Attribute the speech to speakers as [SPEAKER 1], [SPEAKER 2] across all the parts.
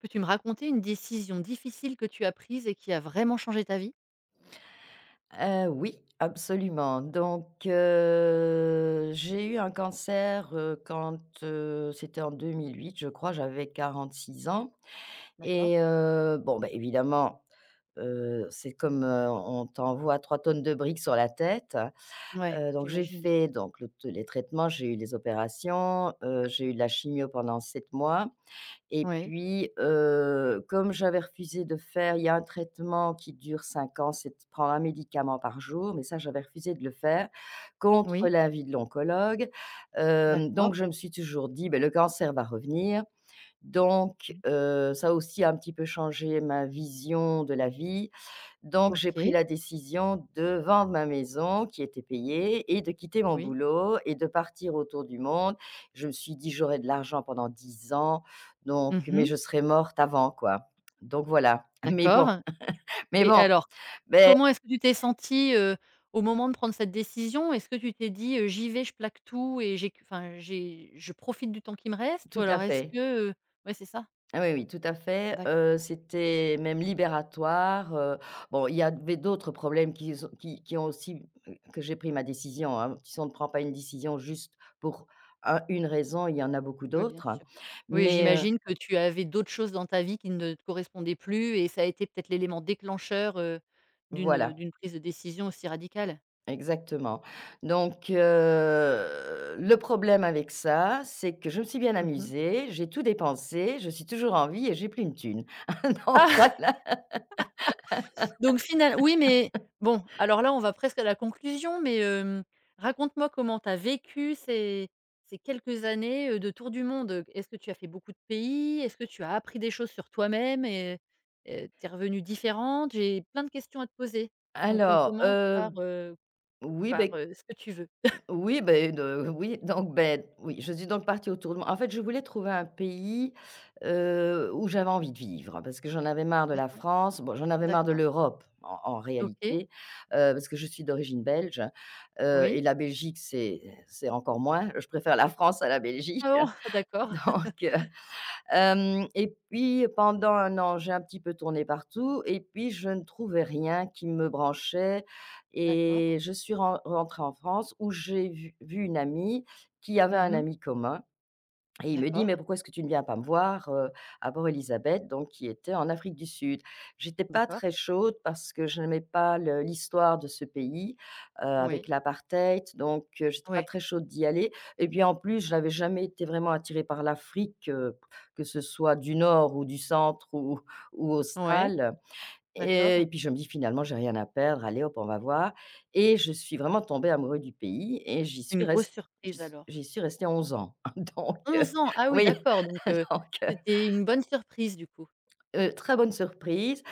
[SPEAKER 1] Peux-tu me raconter une décision difficile que tu as prise et qui a vraiment changé ta vie?
[SPEAKER 2] Oui, absolument. Donc, j'ai eu un cancer, quand, c'était en 2008, je crois, j'avais 46 ans
[SPEAKER 1] D'accord.
[SPEAKER 2] et bon, bah, évidemment, c'est comme, on t'envoie 3 tonnes de briques sur la tête.
[SPEAKER 1] Ouais,
[SPEAKER 2] Donc j'ai
[SPEAKER 1] j'imagine.
[SPEAKER 2] fait donc le les traitements, j'ai eu les opérations, j'ai eu de la chimio pendant 7 mois et
[SPEAKER 1] Oui,
[SPEAKER 2] puis, comme j'avais refusé de faire il y a un traitement qui dure 5 ans, c'est de prendre un médicament par jour, mais ça, j'avais refusé de le faire
[SPEAKER 1] oui,
[SPEAKER 2] contre l'avis de l'oncologue.
[SPEAKER 1] d'accord,
[SPEAKER 2] Donc je me suis toujours dit: ben le cancer va revenir». Donc
[SPEAKER 1] oui.
[SPEAKER 2] ça a aussi un petit peu changé ma vision de la vie. Donc j'ai pris
[SPEAKER 1] OK,
[SPEAKER 2] la décision de vendre ma maison qui était payée et de quitter mon
[SPEAKER 1] oui.
[SPEAKER 2] boulot et de partir autour du monde. Je me suis dit: «J'aurai de l'argent pendant 10 ans, donc mais
[SPEAKER 1] Mmh.
[SPEAKER 2] je serai morte avant, quoi». Donc voilà. Mais bon
[SPEAKER 1] D'accord
[SPEAKER 2] mais
[SPEAKER 1] et
[SPEAKER 2] bon,
[SPEAKER 1] alors,
[SPEAKER 2] beh
[SPEAKER 1] comment est-ce que tu t'es sentie, au moment de prendre cette décision? Est-ce que tu t'es dit, «J'y vais, je plaque tout et j'ai je profite du temps qui me reste» ou
[SPEAKER 2] tout à
[SPEAKER 1] alors est-ce
[SPEAKER 2] fait.
[SPEAKER 1] que, heu ouais, c'est ça?
[SPEAKER 2] Ah oui, oui, tout à fait,
[SPEAKER 1] D'accord.
[SPEAKER 2] c'était même libératoire, bon, il y avait d'autres problèmes qui sont qui ont aussi que j'ai pris ma décision, hein. Si on ne prend pas une décision juste pour un une raison, il y en a beaucoup
[SPEAKER 1] Oui, bien
[SPEAKER 2] d'autres, hein,
[SPEAKER 1] sûr. Oui,
[SPEAKER 2] mais
[SPEAKER 1] j'imagine que tu avais d'autres choses dans ta vie qui ne te correspondaient plus et ça a été peut-être l'élément déclencheur,
[SPEAKER 2] voilà,
[SPEAKER 1] d'une prise de décision aussi radicale.
[SPEAKER 2] exactement. Donc le problème avec ça, c'est que je me suis bien
[SPEAKER 1] Mmh.
[SPEAKER 2] amusée, j'ai tout dépensé, je suis toujours en vie et j'ai plus une thune. Donc
[SPEAKER 1] Ah!
[SPEAKER 2] voilà.
[SPEAKER 1] Donc final oui, mais bon, alors là, on va presque à la conclusion, mais raconte-moi comment tu as vécu ces quelques années, de tour du monde. Est-ce que tu as fait beaucoup de pays? Est-ce que tu as appris des choses sur toi-même et tu es revenue différente? J'ai plein de questions à te poser. Donc on
[SPEAKER 2] Alors,
[SPEAKER 1] commence par,
[SPEAKER 2] oui,
[SPEAKER 1] par,
[SPEAKER 2] beh
[SPEAKER 1] ce que tu veux.
[SPEAKER 2] oui, ben de oui, donc ben oui, je suis donc partie autour de moi. En fait, je voulais trouver un pays, où j'avais envie de vivre parce que j'en avais marre de la
[SPEAKER 1] D'accord,
[SPEAKER 2] France. Bon, j'en avais marre de
[SPEAKER 1] d'accord.
[SPEAKER 2] l'Europe en
[SPEAKER 1] OK,
[SPEAKER 2] réalité, parce que je suis d'origine belge,
[SPEAKER 1] oui.
[SPEAKER 2] et la Belgique, c'est encore moins. Je préfère la France à la
[SPEAKER 1] Ah
[SPEAKER 2] Belgique.
[SPEAKER 1] bon? D'accord.
[SPEAKER 2] donc Hem et puis pendant un an, j'ai un petit peu tourné partout et puis je ne trouvais rien qui me branchait
[SPEAKER 1] D'accord.
[SPEAKER 2] et je suis rentrée en France où j'ai vu une amie qui avait un
[SPEAKER 1] Mhm.
[SPEAKER 2] ami commun et il me dit: «Mais
[SPEAKER 1] D'accord,
[SPEAKER 2] pourquoi est-ce que tu ne viens pas me voir, à Port Elisabeth donc qui était en Afrique du Sud. J'étais pas
[SPEAKER 1] d'accord.
[SPEAKER 2] très chaude parce que je n'aimais pas le l'histoire de ce pays,
[SPEAKER 1] Oui,
[SPEAKER 2] avec l'apartheid, donc j'étais pas
[SPEAKER 1] oui,
[SPEAKER 2] très chaude d'y aller et puis en plus, je n'avais jamais été vraiment attirée par l'Afrique, que ce soit du nord ou du centre ou
[SPEAKER 1] oui.
[SPEAKER 2] Austral.
[SPEAKER 1] D'accord.
[SPEAKER 2] Et puis je me dis: «Finalement, j'ai rien à perdre, allez hop, on va voir» et je suis vraiment tombée amoureuse du pays et
[SPEAKER 1] Une grosse surprise alors.
[SPEAKER 2] j'y suis restée 11 ans. Donc
[SPEAKER 1] Onze ans! Ah oui
[SPEAKER 2] oui,
[SPEAKER 1] d'accord,
[SPEAKER 2] donc
[SPEAKER 1] c'était une bonne surprise du coup.
[SPEAKER 2] très bonne surprise,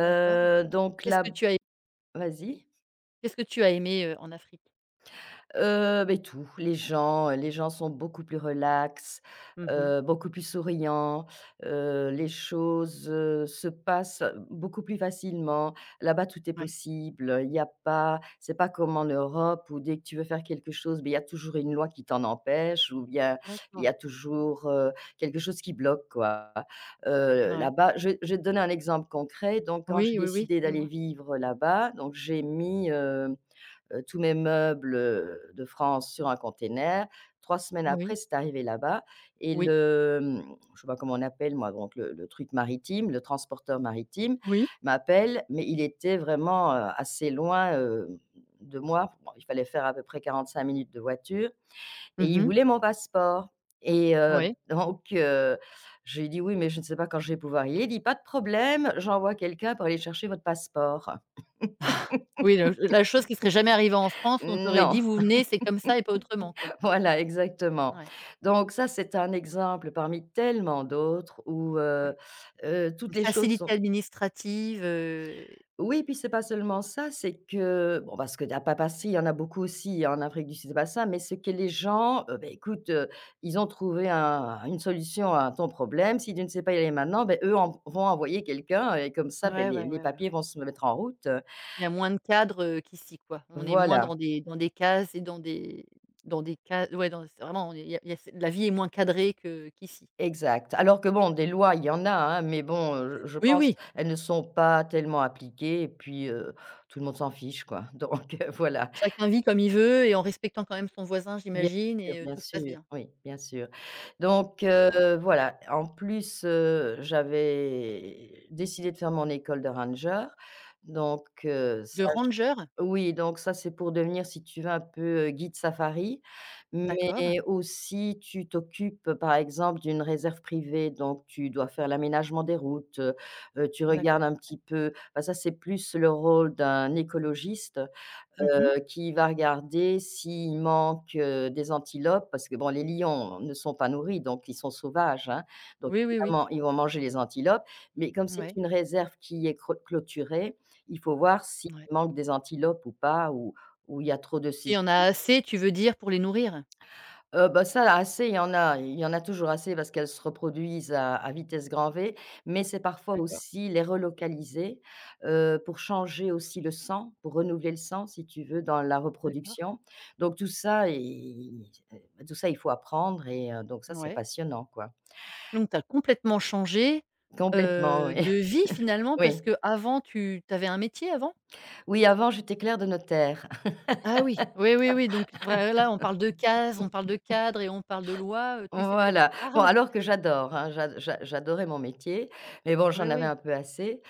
[SPEAKER 1] D'accord.
[SPEAKER 2] donc
[SPEAKER 1] Qu'est-ce
[SPEAKER 2] là
[SPEAKER 1] que tu as
[SPEAKER 2] vas-y?
[SPEAKER 1] Qu'est-ce que tu as aimé, en Afrique?
[SPEAKER 2] Beh, tout, les gens sont beaucoup plus relax,
[SPEAKER 1] Mhm.
[SPEAKER 2] beaucoup plus souriants, les choses, se passent beaucoup plus facilement. Là-bas, tout est
[SPEAKER 1] Ouais,
[SPEAKER 2] possible, il y a pas c'est pas comme en Europe où dès que tu veux faire quelque chose, ben il y a toujours une loi qui t'en empêche ou bien il y a
[SPEAKER 1] d'accord.
[SPEAKER 2] toujours, quelque chose qui bloque, quoi.
[SPEAKER 1] Ouais.
[SPEAKER 2] Là-bas je vais te donner un exemple concret. Donc quand j'ai
[SPEAKER 1] Oui, oui, oui,
[SPEAKER 2] décidé d'aller
[SPEAKER 1] dis-moi.
[SPEAKER 2] vivre là-bas, donc j'ai mis, tous mes meubles, de France sur un container. 3 semaines
[SPEAKER 1] Oui,
[SPEAKER 2] après, c'est arrivé là-bas et
[SPEAKER 1] oui,
[SPEAKER 2] le, je sais pas comment on appelle moi, donc le truc maritime, le transporteur maritime
[SPEAKER 1] oui.
[SPEAKER 2] m'appelle, mais il était vraiment, assez loin, de moi. Bon, il fallait faire à peu près 45 minutes de voiture et il
[SPEAKER 1] Mhm.
[SPEAKER 2] voulait mon passeport et
[SPEAKER 1] Oui.
[SPEAKER 2] donc je lui ai dit: «Oui, mais je ne sais pas quand je vais pouvoir y aller». Il dit: «Pas de problème, j'envoie quelqu'un pour aller chercher votre passeport».
[SPEAKER 1] Oui, le la chose qui serait jamais arrivée en France, on t'aurait dit:
[SPEAKER 2] Non!
[SPEAKER 1] «Vous venez, c'est comme ça et pas autrement», quoi.
[SPEAKER 2] Voilà, exactement.
[SPEAKER 1] Ouais,
[SPEAKER 2] Donc ça, c'est un exemple parmi tellement d'autres où,
[SPEAKER 1] ouais. Une
[SPEAKER 2] toutes les choses
[SPEAKER 1] facilité
[SPEAKER 2] sont
[SPEAKER 1] administrative,
[SPEAKER 2] oui, puis c'est pas seulement ça, c'est que bon, parce que qu'à Papassi, il y en a beaucoup aussi en Afrique du Sud, c'est pas ça, mais c'est que les gens, beh, écoute, ils ont trouvé un une solution à ton problème. Si tu ne sais pas y aller maintenant, ben eux en vont envoyer quelqu'un et comme ça, ben
[SPEAKER 1] Ouais, ouais,
[SPEAKER 2] les
[SPEAKER 1] ouais, ouais,
[SPEAKER 2] papiers
[SPEAKER 1] ouais.
[SPEAKER 2] vont se mettre en route,
[SPEAKER 1] Il y a moins de cadres, qu'ici, quoi. On est moins
[SPEAKER 2] voilà.
[SPEAKER 1] dans des cases et dans des ca ouais, dans c'est vraiment, il y a c'est la vie est moins cadrée que qu'ici.
[SPEAKER 2] Exact. Alors que bon, des lois, il y en a, hein, mais bon, je
[SPEAKER 1] Oui,
[SPEAKER 2] pense,
[SPEAKER 1] oui,
[SPEAKER 2] elles ne sont pas tellement appliquées et puis, tout le monde s'en fiche quoi, donc voilà.
[SPEAKER 1] chacun vit comme il veut et en respectant quand même son voisin,
[SPEAKER 2] Bien
[SPEAKER 1] j'imagine et
[SPEAKER 2] bien
[SPEAKER 1] tout se passe
[SPEAKER 2] sûr,
[SPEAKER 1] bien.
[SPEAKER 2] oui, bien sûr. Donc
[SPEAKER 1] D'accord.
[SPEAKER 2] voilà, en plus, j'avais décidé de faire mon école de ranger, donc
[SPEAKER 1] De
[SPEAKER 2] ça j
[SPEAKER 1] ranger?
[SPEAKER 2] oui, donc ça, c'est pour devenir, si tu veux, un peu, guide safari,
[SPEAKER 1] D'accord,
[SPEAKER 2] mais aussi tu t'occupes, par exemple, d'une réserve privée, donc tu dois faire l'aménagement des routes, tu regardes
[SPEAKER 1] d'accord.
[SPEAKER 2] un petit peu, bah, ça, c'est plus le rôle d'un écologiste
[SPEAKER 1] Mmh mh.
[SPEAKER 2] qui va regarder s'il manque, des antilopes parce que bon, les lions ne sont pas nourris, donc ils sont sauvages, hein, donc
[SPEAKER 1] Oui, oui, oui.
[SPEAKER 2] évidemment, ils vont manger les antilopes, mais comme c'est
[SPEAKER 1] Ouais,
[SPEAKER 2] une réserve qui est cre clôturée, il faut voir s'il
[SPEAKER 1] ouais.
[SPEAKER 2] manque des antilopes ou pas, ou il y a trop de
[SPEAKER 1] S'il y
[SPEAKER 2] si
[SPEAKER 1] en a assez, tu veux dire pour les nourrir?
[SPEAKER 2] Bah, ça assez, il y en a toujours assez parce qu'elles se reproduisent à vitesse grand V, mais c'est parfois
[SPEAKER 1] D'accord,
[SPEAKER 2] aussi les relocaliser, pour changer aussi le sang, pour renouveler le sang, si tu veux, dans la
[SPEAKER 1] d'accord.
[SPEAKER 2] reproduction. Donc tout ça et tout ça, il faut apprendre et donc ça, c'est
[SPEAKER 1] Ouais.
[SPEAKER 2] passionnant, quoi.
[SPEAKER 1] Donc tu as complètement changé,
[SPEAKER 2] Complètement, oui.
[SPEAKER 1] de vie finalement parce
[SPEAKER 2] Oui.
[SPEAKER 1] qu'avant tu avais un métier avant?
[SPEAKER 2] Oui, avant, j'étais clerc de notaire.
[SPEAKER 1] Ah oui, oui, oui, oui, donc vrai là on parle de cases, on parle de cadres et on parle de lois, tu sais de quoi tu
[SPEAKER 2] Voilà. Bon,
[SPEAKER 1] parles?
[SPEAKER 2] alors que j'adore, hein, j'adorais mon métier, mais bon,
[SPEAKER 1] Oui,
[SPEAKER 2] j'en avais
[SPEAKER 1] oui,
[SPEAKER 2] un peu assez.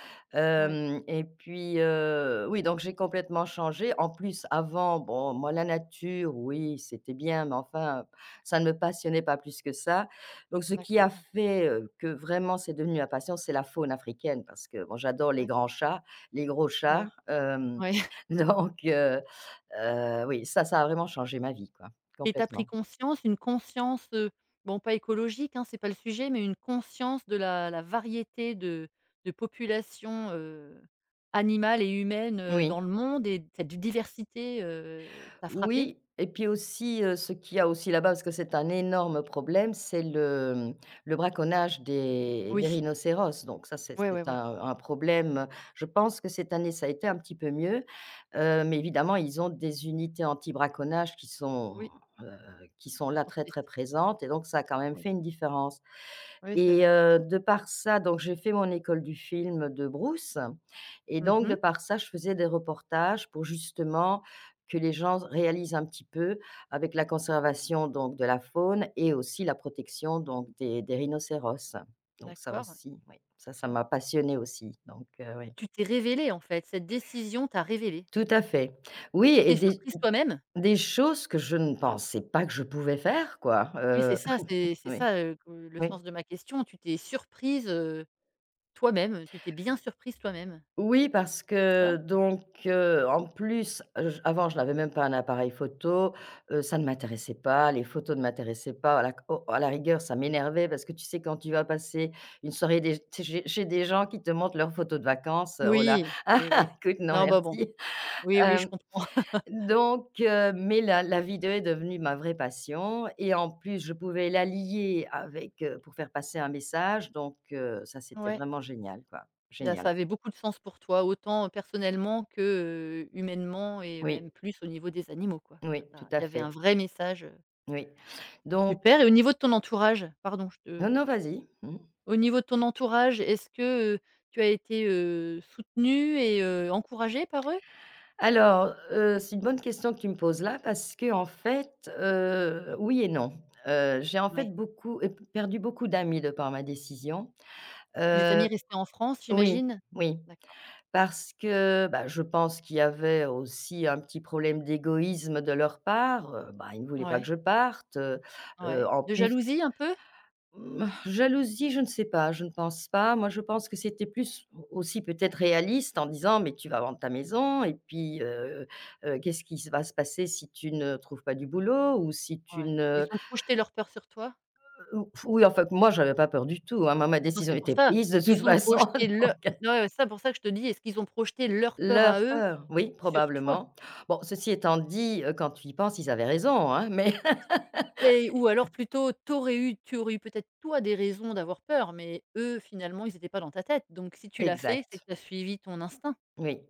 [SPEAKER 1] ouais,
[SPEAKER 2] Hem Et puis, oui, donc j'ai complètement changé. En plus, avant, bon, moi, la nature, oui, c'était bien, mais enfin, ça ne me passionnait pas plus que ça. Donc ce qui a
[SPEAKER 1] d'accord,
[SPEAKER 2] fait, que vraiment c'est devenu ma passion, c'est la faune africaine parce que, bon, j'adore les
[SPEAKER 1] d'acc
[SPEAKER 2] grands chats, les gros chats,
[SPEAKER 1] ouais, ouais.
[SPEAKER 2] donc oui, ça a vraiment changé ma vie, quoi,
[SPEAKER 1] Et tu as pris
[SPEAKER 2] complètement.
[SPEAKER 1] conscience, une conscience, bon pas écologique, hein, c'est pas le sujet, mais une conscience de la variété de populations, animales et humaines,
[SPEAKER 2] Oui.
[SPEAKER 1] dans le monde et cette diversité, t'a frappée?
[SPEAKER 2] Oui et puis aussi, ce qu'il y a aussi là-bas, parce que c'est un énorme problème, c'est le, le braconnage des
[SPEAKER 1] Oui.
[SPEAKER 2] rhinocéros, donc ça, c'est
[SPEAKER 1] Ouais, ouais,
[SPEAKER 2] c'est
[SPEAKER 1] ouais.
[SPEAKER 2] un problème. Je pense que cette année, ça a été un petit peu mieux, mais évidemment, ils ont des unités anti-braconnage
[SPEAKER 1] Oui,
[SPEAKER 2] heu, qui sont
[SPEAKER 1] ils
[SPEAKER 2] là,
[SPEAKER 1] sont
[SPEAKER 2] très,
[SPEAKER 1] spécifiques,
[SPEAKER 2] très présentes et donc ça a quand même
[SPEAKER 1] oui.
[SPEAKER 2] fait une différence.
[SPEAKER 1] Oui, c'est
[SPEAKER 2] Et
[SPEAKER 1] vrai.
[SPEAKER 2] de par ça, donc j'ai fait mon école du film de Brousse et donc de
[SPEAKER 1] Mmh.
[SPEAKER 2] par ça, je faisais des reportages pour justement que les gens réalisent un petit peu avec la conservation donc de la faune et aussi la protection donc des rhinocéros. Donc ça
[SPEAKER 1] D'accord.
[SPEAKER 2] aussi, oui, ça m'a passionnée aussi, donc oui.
[SPEAKER 1] Tu t'es révélée, en fait. Cette décision t'a révélée.
[SPEAKER 2] Tout à fait. Oui
[SPEAKER 1] Tu
[SPEAKER 2] et
[SPEAKER 1] t'es
[SPEAKER 2] des
[SPEAKER 1] surprise toi-même.
[SPEAKER 2] des choses que je ne pensais pas que je pouvais faire quoi,
[SPEAKER 1] Oui, c'est ça, c'est
[SPEAKER 2] oui,
[SPEAKER 1] ça, que le
[SPEAKER 2] oui.
[SPEAKER 1] sens de ma question. Tu t'es surprise, toi-même. Tu t'es bien surprise toi-même,
[SPEAKER 2] Oui, parce
[SPEAKER 1] c'est
[SPEAKER 2] que
[SPEAKER 1] ça?
[SPEAKER 2] donc, en plus, j avant, je n'avais même pas un appareil photo, ça ne m'intéressait pas, les photos ne m'intéressaient pas, à la rigueur, ça m'énervait parce que tu sais, quand tu vas passer une soirée des chez chez des gens qui te montrent leurs photos de vacances, oh là,
[SPEAKER 1] Oui,
[SPEAKER 2] ah,
[SPEAKER 1] oui,
[SPEAKER 2] ah,
[SPEAKER 1] oui.
[SPEAKER 2] écoute, non
[SPEAKER 1] Non, bah, bon.
[SPEAKER 2] merci.
[SPEAKER 1] Oui, oui, je
[SPEAKER 2] Hem,
[SPEAKER 1] comprends.
[SPEAKER 2] donc mais la vidéo est devenue ma vraie passion et en plus, je pouvais la lier avec, pour faire passer un message, donc ça, c'était
[SPEAKER 1] Ouais.
[SPEAKER 2] vraiment génial, quoi.
[SPEAKER 1] Il ça
[SPEAKER 2] Génial.
[SPEAKER 1] avait beaucoup de sens pour toi, autant personnellement que, humainement et
[SPEAKER 2] Oui,
[SPEAKER 1] même plus au niveau des animaux, quoi. Ça
[SPEAKER 2] oui, tout
[SPEAKER 1] t'a il
[SPEAKER 2] à
[SPEAKER 1] y avait un
[SPEAKER 2] fait.
[SPEAKER 1] vrai message.
[SPEAKER 2] Oui, donc
[SPEAKER 1] Super et au niveau de ton entourage, pardon, je te
[SPEAKER 2] non, non,
[SPEAKER 1] coupe.
[SPEAKER 2] vas-y. Mmh.
[SPEAKER 1] Au niveau de ton entourage, est-ce que, tu as été, soutenue et encouragée par eux?
[SPEAKER 2] Alors, c'est une bonne question que tu me poses là parce que en fait, oui et non. J'ai en
[SPEAKER 1] Ouais.
[SPEAKER 2] fait beaucoup et perdu beaucoup d'amis de par ma décision.
[SPEAKER 1] Les amis
[SPEAKER 2] Heu,
[SPEAKER 1] restés en France,
[SPEAKER 2] oui,
[SPEAKER 1] j'imagine?
[SPEAKER 2] oui,
[SPEAKER 1] D'accord.
[SPEAKER 2] parce que, bah, je pense qu'il y avait aussi un petit problème d'égoïsme de leur part, bah, ils ne voulaient pas que
[SPEAKER 1] Ouais,
[SPEAKER 2] je parte,
[SPEAKER 1] ouais.
[SPEAKER 2] en
[SPEAKER 1] De
[SPEAKER 2] plus
[SPEAKER 1] jalousie un peu?
[SPEAKER 2] Mmh, jalousie, je ne sais pas, je ne pense pas. Moi, je pense que c'était plus aussi peut-être réaliste en disant: «Mais tu vas vendre ta maison et puis, qu'est-ce qui s va se passer si tu ne trouves pas du boulot ou si tu
[SPEAKER 1] Ouais. Ils
[SPEAKER 2] ne»
[SPEAKER 1] ont projeté leur peur sur toi?
[SPEAKER 2] ou Oui, enfin, que moi, j'avais pas peur du tout, hein. Moi, ma
[SPEAKER 1] Non,
[SPEAKER 2] décision
[SPEAKER 1] c'est pour
[SPEAKER 2] était
[SPEAKER 1] ça.
[SPEAKER 2] prise de toute
[SPEAKER 1] Ils ont
[SPEAKER 2] façon,
[SPEAKER 1] projeté leur.
[SPEAKER 2] donc
[SPEAKER 1] Ouais, ouais, ça pour ça que je te dis, est-ce qu'ils ont projeté leur peur
[SPEAKER 2] leur
[SPEAKER 1] à eux
[SPEAKER 2] peur, oui,
[SPEAKER 1] sur toi?
[SPEAKER 2] probablement. Bon, ceci étant dit, quand tu y penses, ils avaient raison, hein, mais
[SPEAKER 1] Et ou alors plutôt, t'aurais eu tu aurais eu peut-être toi des raisons d'avoir peur, mais eux finalement ils n'étaient pas dans ta tête. Donc si tu l'as fait, c'est que
[SPEAKER 2] exact.
[SPEAKER 1] tu as suivi ton instinct.
[SPEAKER 2] Oui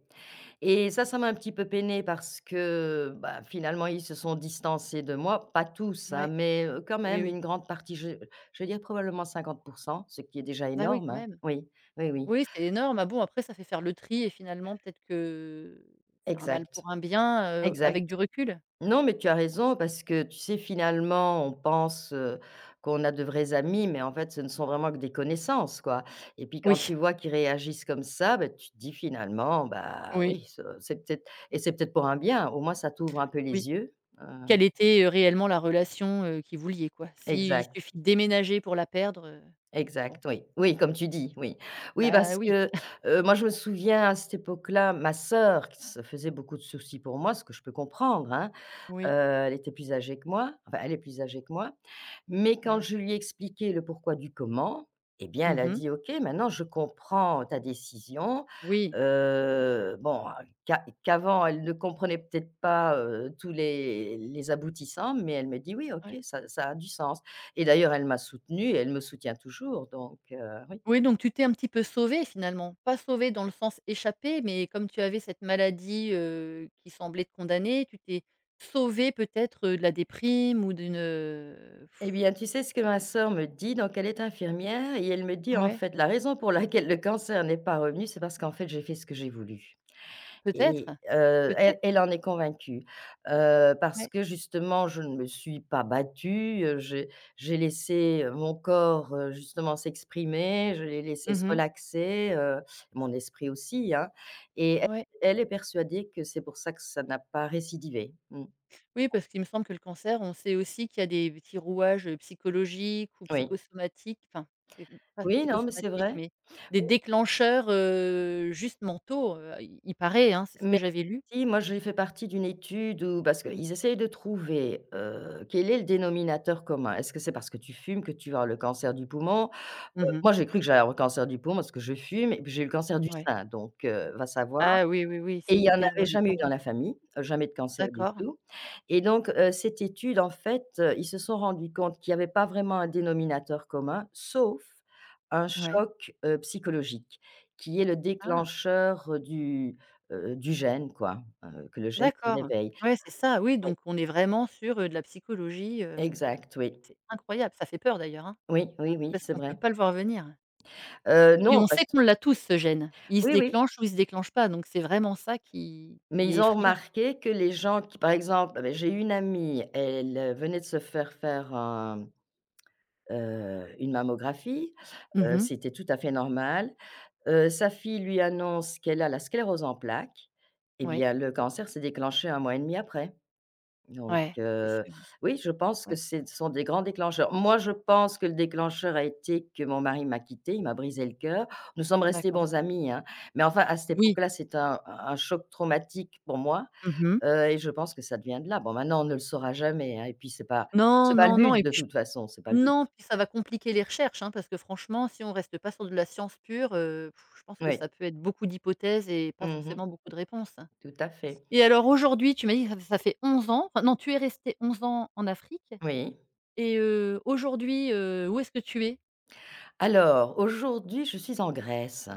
[SPEAKER 2] et ça m'a un petit peu peinée parce que, bah, finalement, ils se sont distancés de moi. Pas tous, hein,
[SPEAKER 1] Ouais.
[SPEAKER 2] mais, quand
[SPEAKER 1] Oui,
[SPEAKER 2] même
[SPEAKER 1] oui.
[SPEAKER 2] une grande partie. Je vais dire probablement 50%, ce qui est déjà
[SPEAKER 1] Bah oui.
[SPEAKER 2] énorme,
[SPEAKER 1] Quand
[SPEAKER 2] hein.
[SPEAKER 1] même.
[SPEAKER 2] Oui, oui, oui,
[SPEAKER 1] Oui, c'est énorme. Ah bon, après ça fait faire le tri et finalement peut-être que c'est un mal
[SPEAKER 2] exact,
[SPEAKER 1] pour un bien, avec
[SPEAKER 2] exact.
[SPEAKER 1] du recul?
[SPEAKER 2] Non, mais tu as raison parce que, tu sais, finalement, on pense, qu'on a de vrais amis, mais en fait, ce ne sont vraiment que des connaissances, quoi, et puis quand
[SPEAKER 1] Oui,
[SPEAKER 2] tu vois qu'ils réagissent comme ça, ben tu te dis finalement, bah,
[SPEAKER 1] oui,
[SPEAKER 2] oui, ce c'est peut-être et c'est peut-être pour un bien. Au moins, ça t'ouvre un peu
[SPEAKER 1] oui.
[SPEAKER 2] les yeux. heu
[SPEAKER 1] Quelle était, réellement la relation, que vous liait quoi? S'il
[SPEAKER 2] Exact,
[SPEAKER 1] suffit de déménager pour la perdre, bon.
[SPEAKER 2] exact, oui. Oui, comme tu dis, oui. Oui,
[SPEAKER 1] Bah
[SPEAKER 2] parce
[SPEAKER 1] oui,
[SPEAKER 2] que, moi, je me souviens à cette époque-là, ma sœur qui se faisait beaucoup de soucis pour moi, ce que je peux comprendre, hein. Heu,
[SPEAKER 1] oui.
[SPEAKER 2] Elle était plus âgée que moi, enfin elle est plus âgée que moi, mais quand
[SPEAKER 1] Ouais.
[SPEAKER 2] je lui ai expliqué le pourquoi du comment, eh bien, elle a
[SPEAKER 1] Mmh.
[SPEAKER 2] dit : « OK, maintenant je comprends ta décision ».
[SPEAKER 1] Oui.
[SPEAKER 2] Bon, qu'avant elle ne comprenait peut-être pas, tous les aboutissants, mais elle me dit : « Oui, OK,
[SPEAKER 1] Ouais.
[SPEAKER 2] ça ça a du sens » et d'ailleurs elle m'a soutenue et elle me soutient toujours. Donc oui.
[SPEAKER 1] Oui, donc tu t'es un petit peu sauvée finalement. Pas sauvée dans le sens échappée, mais comme tu avais cette maladie, qui semblait te condamner, tu t'es sauvée peut-être, de la déprime ou d'une,
[SPEAKER 2] Eh bien, tu sais ce que ma sœur me dit? Donc elle est infirmière et elle me dit : « En
[SPEAKER 1] Ouais.
[SPEAKER 2] fait, la raison pour laquelle le cancer n'est pas revenu, c'est parce qu'en fait, j'ai fait ce que j'ai voulu ».
[SPEAKER 1] Peut-être?
[SPEAKER 2] Et elle
[SPEAKER 1] Peut-être?
[SPEAKER 2] elle en est convaincue, parce
[SPEAKER 1] Ouais.
[SPEAKER 2] que justement je ne me suis pas battue. J'ai laissé, mon corps, justement s'exprimer, je l'ai laissé se
[SPEAKER 1] Mmh.
[SPEAKER 2] relaxer, mon esprit aussi, hein, et elle
[SPEAKER 1] Ouais.
[SPEAKER 2] elle est persuadée que c'est pour ça que ça n'a pas récidivé. Mmh,
[SPEAKER 1] Oui, parce qu'il me semble que le cancer, on sait aussi qu'il y a des petits rouages, psychologiques ou
[SPEAKER 2] oui.
[SPEAKER 1] psychosomatiques, enfin, c'est pas
[SPEAKER 2] Oui, non, mais c'est
[SPEAKER 1] psychosomatiques,
[SPEAKER 2] vrai.
[SPEAKER 1] mais des
[SPEAKER 2] Oui,
[SPEAKER 1] déclencheurs, juste mentaux, il paraît, hein, c'est ce que
[SPEAKER 2] mais
[SPEAKER 1] j'avais lu.
[SPEAKER 2] si moi j'ai fait partie d'une étude où parce qu'ils essayent de trouver, quel est le dénominateur commun. Est-ce que c'est parce que tu fumes que tu vas avoir le cancer du poumon?
[SPEAKER 1] Mmh.
[SPEAKER 2] Moi j'ai cru que j'allais avoir le cancer du poumon parce que je fume et puis j'ai eu le cancer du
[SPEAKER 1] Ouais.
[SPEAKER 2] sein. Donc va savoir,
[SPEAKER 1] Ah oui, oui, oui,
[SPEAKER 2] et
[SPEAKER 1] c'est
[SPEAKER 2] il y en
[SPEAKER 1] hyper
[SPEAKER 2] avait jamais eu dans
[SPEAKER 1] répandu.
[SPEAKER 2] la famille, jamais de cancer du
[SPEAKER 1] D'accord,
[SPEAKER 2] tout, et donc cette étude en fait, ils se sont rendus compte qu'il y avait pas vraiment un dénominateur commun, sauf un
[SPEAKER 1] ouais.
[SPEAKER 2] choc, psychologique, qui est le
[SPEAKER 1] Ah,
[SPEAKER 2] déclencheur, du gène, quoi, que le gène se
[SPEAKER 1] d'accord.
[SPEAKER 2] réveille.
[SPEAKER 1] Ouais, c'est ça, oui,
[SPEAKER 2] Oui,
[SPEAKER 1] donc on est vraiment sur, de la psychologie,
[SPEAKER 2] exact, oui.
[SPEAKER 1] c'est incroyable, ça fait peur d'ailleurs, hein,
[SPEAKER 2] Oui, oui, oui,
[SPEAKER 1] parce
[SPEAKER 2] c'est
[SPEAKER 1] qu'on ne peut
[SPEAKER 2] vrai.
[SPEAKER 1] pas le voir venir. Mais
[SPEAKER 2] Non,
[SPEAKER 1] on sait
[SPEAKER 2] parce
[SPEAKER 1] qu'on l'a tous ce gène. Il se
[SPEAKER 2] oui, oui.
[SPEAKER 1] déclenche ou il se déclenche pas, donc c'est vraiment ça
[SPEAKER 2] Mais
[SPEAKER 1] qui est
[SPEAKER 2] ils ont
[SPEAKER 1] effrayant.
[SPEAKER 2] remarqué que les gens qui par exemple, beh, j'ai une amie, elle, venait de se faire faire une mammographie,
[SPEAKER 1] Mmh.
[SPEAKER 2] c'était tout à fait normal. Sa fille lui annonce qu'elle a la sclérose en plaques. Eh
[SPEAKER 1] Oui,
[SPEAKER 2] bien, le cancer s'est déclenché 1 mois et demi après.
[SPEAKER 1] ouais,
[SPEAKER 2] Donc
[SPEAKER 1] ouais, c'est sûr,
[SPEAKER 2] oui, je pense que
[SPEAKER 1] ouais,
[SPEAKER 2] c'est ce sont des grands déclencheurs. Moi, je pense que le déclencheur a été que mon mari m'a quittée, il m'a brisé le cœur. Nous sommes restés
[SPEAKER 1] d'accord.
[SPEAKER 2] bons amis, hein, mais enfin à cette
[SPEAKER 1] Oui.
[SPEAKER 2] époque-là, c'est un choc traumatique pour moi.
[SPEAKER 1] Mmh.
[SPEAKER 2] Et je pense que ça devient de là. Bon, maintenant, on ne le saura jamais, hein, et puis c'est pas
[SPEAKER 1] Non,
[SPEAKER 2] c'est pas le
[SPEAKER 1] non, non
[SPEAKER 2] but
[SPEAKER 1] et
[SPEAKER 2] de
[SPEAKER 1] puis.
[SPEAKER 2] toute façon, c'est pas le but.
[SPEAKER 1] Non, puis ça va compliquer les recherches, hein, parce que franchement, si on reste pas sur de la science pure, je pense que
[SPEAKER 2] Oui.
[SPEAKER 1] ça peut être beaucoup d'hypothèses et pas
[SPEAKER 2] Mmh mh.
[SPEAKER 1] forcément beaucoup de réponses.
[SPEAKER 2] Tout à fait.
[SPEAKER 1] Et alors aujourd'hui, tu m'as dit que ça fait 11 ans, enfin non, tu es resté 11 ans en Afrique
[SPEAKER 2] Oui.
[SPEAKER 1] et aujourd'hui, où est-ce que tu es?
[SPEAKER 2] Alors aujourd'hui, je suis en Grèce.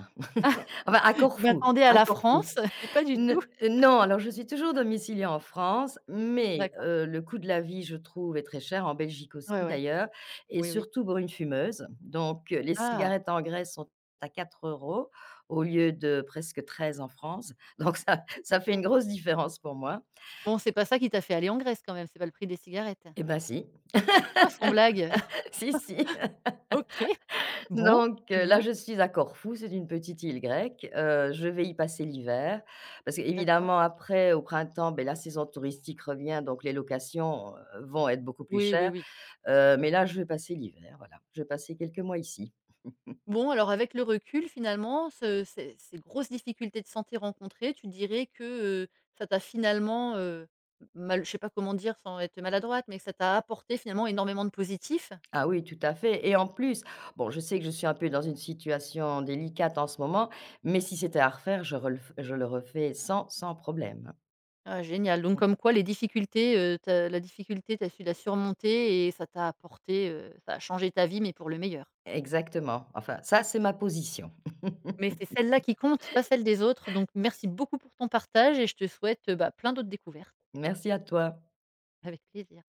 [SPEAKER 2] Enfin à
[SPEAKER 1] Je
[SPEAKER 2] Corfou,
[SPEAKER 1] m'attendais à
[SPEAKER 2] à
[SPEAKER 1] la
[SPEAKER 2] Corfou.
[SPEAKER 1] France et pas du
[SPEAKER 2] Ne
[SPEAKER 1] tout.
[SPEAKER 2] Non, alors je suis toujours domiciliée en France, mais
[SPEAKER 1] D'accord.
[SPEAKER 2] le coût de la vie, je trouve, est très cher, en Belgique
[SPEAKER 1] Ouais,
[SPEAKER 2] aussi
[SPEAKER 1] ouais.
[SPEAKER 2] d'ailleurs, et
[SPEAKER 1] Oui, oui.
[SPEAKER 2] surtout pour une fumeuse. Donc les
[SPEAKER 1] Ah,
[SPEAKER 2] cigarettes en Grèce sont à 4 euros au lieu de presque 13 en France. Donc ça ça fait une
[SPEAKER 1] d'accord.
[SPEAKER 2] grosse différence pour moi.
[SPEAKER 1] Bon, c'est pas ça qui t'a fait aller en Grèce quand même, c'est pas le prix des cigarettes?
[SPEAKER 2] Eh ben si,
[SPEAKER 1] Oh, sans blague.
[SPEAKER 2] si, si.
[SPEAKER 1] OK. Bon,
[SPEAKER 2] Donc
[SPEAKER 1] très
[SPEAKER 2] là,
[SPEAKER 1] bien.
[SPEAKER 2] je suis à Corfou, c'est une petite île grecque, je vais y passer l'hiver parce
[SPEAKER 1] D'accord.
[SPEAKER 2] qu'évidemment après au printemps, ben la saison touristique revient, donc les locations, vont être beaucoup plus
[SPEAKER 1] Oui, oui,
[SPEAKER 2] chères.
[SPEAKER 1] oui.
[SPEAKER 2] Mais
[SPEAKER 1] Ouais.
[SPEAKER 2] là, je vais passer l'hiver, voilà. Je vais passer quelques mois ici.
[SPEAKER 1] Bon, alors avec le recul, finalement, ce ces grosses difficultés de santé rencontrées, tu dirais que, heu, ça t'a finalement, mal je sais pas comment dire sans être maladroite, mais que ça t'a apporté finalement énormément de positif?
[SPEAKER 2] Ah oui, tout à fait, et en plus, bon, je sais que je suis un peu dans une situation délicate en ce moment, mais si c'était à refaire, je le refais sans problème.
[SPEAKER 1] Ah génial, donc comme quoi les difficultés, tu la difficulté, tu as su la surmonter et ça t'a apporté, ça a changé ta vie, mais pour le meilleur.
[SPEAKER 2] Exactement, enfin ça, c'est ma position.
[SPEAKER 1] Mais c'est celle-là qui compte, pas celle des autres, donc merci beaucoup pour ton partage et je te souhaite, bah, plein d'autres découvertes.
[SPEAKER 2] Merci à toi.
[SPEAKER 1] Avec plaisir.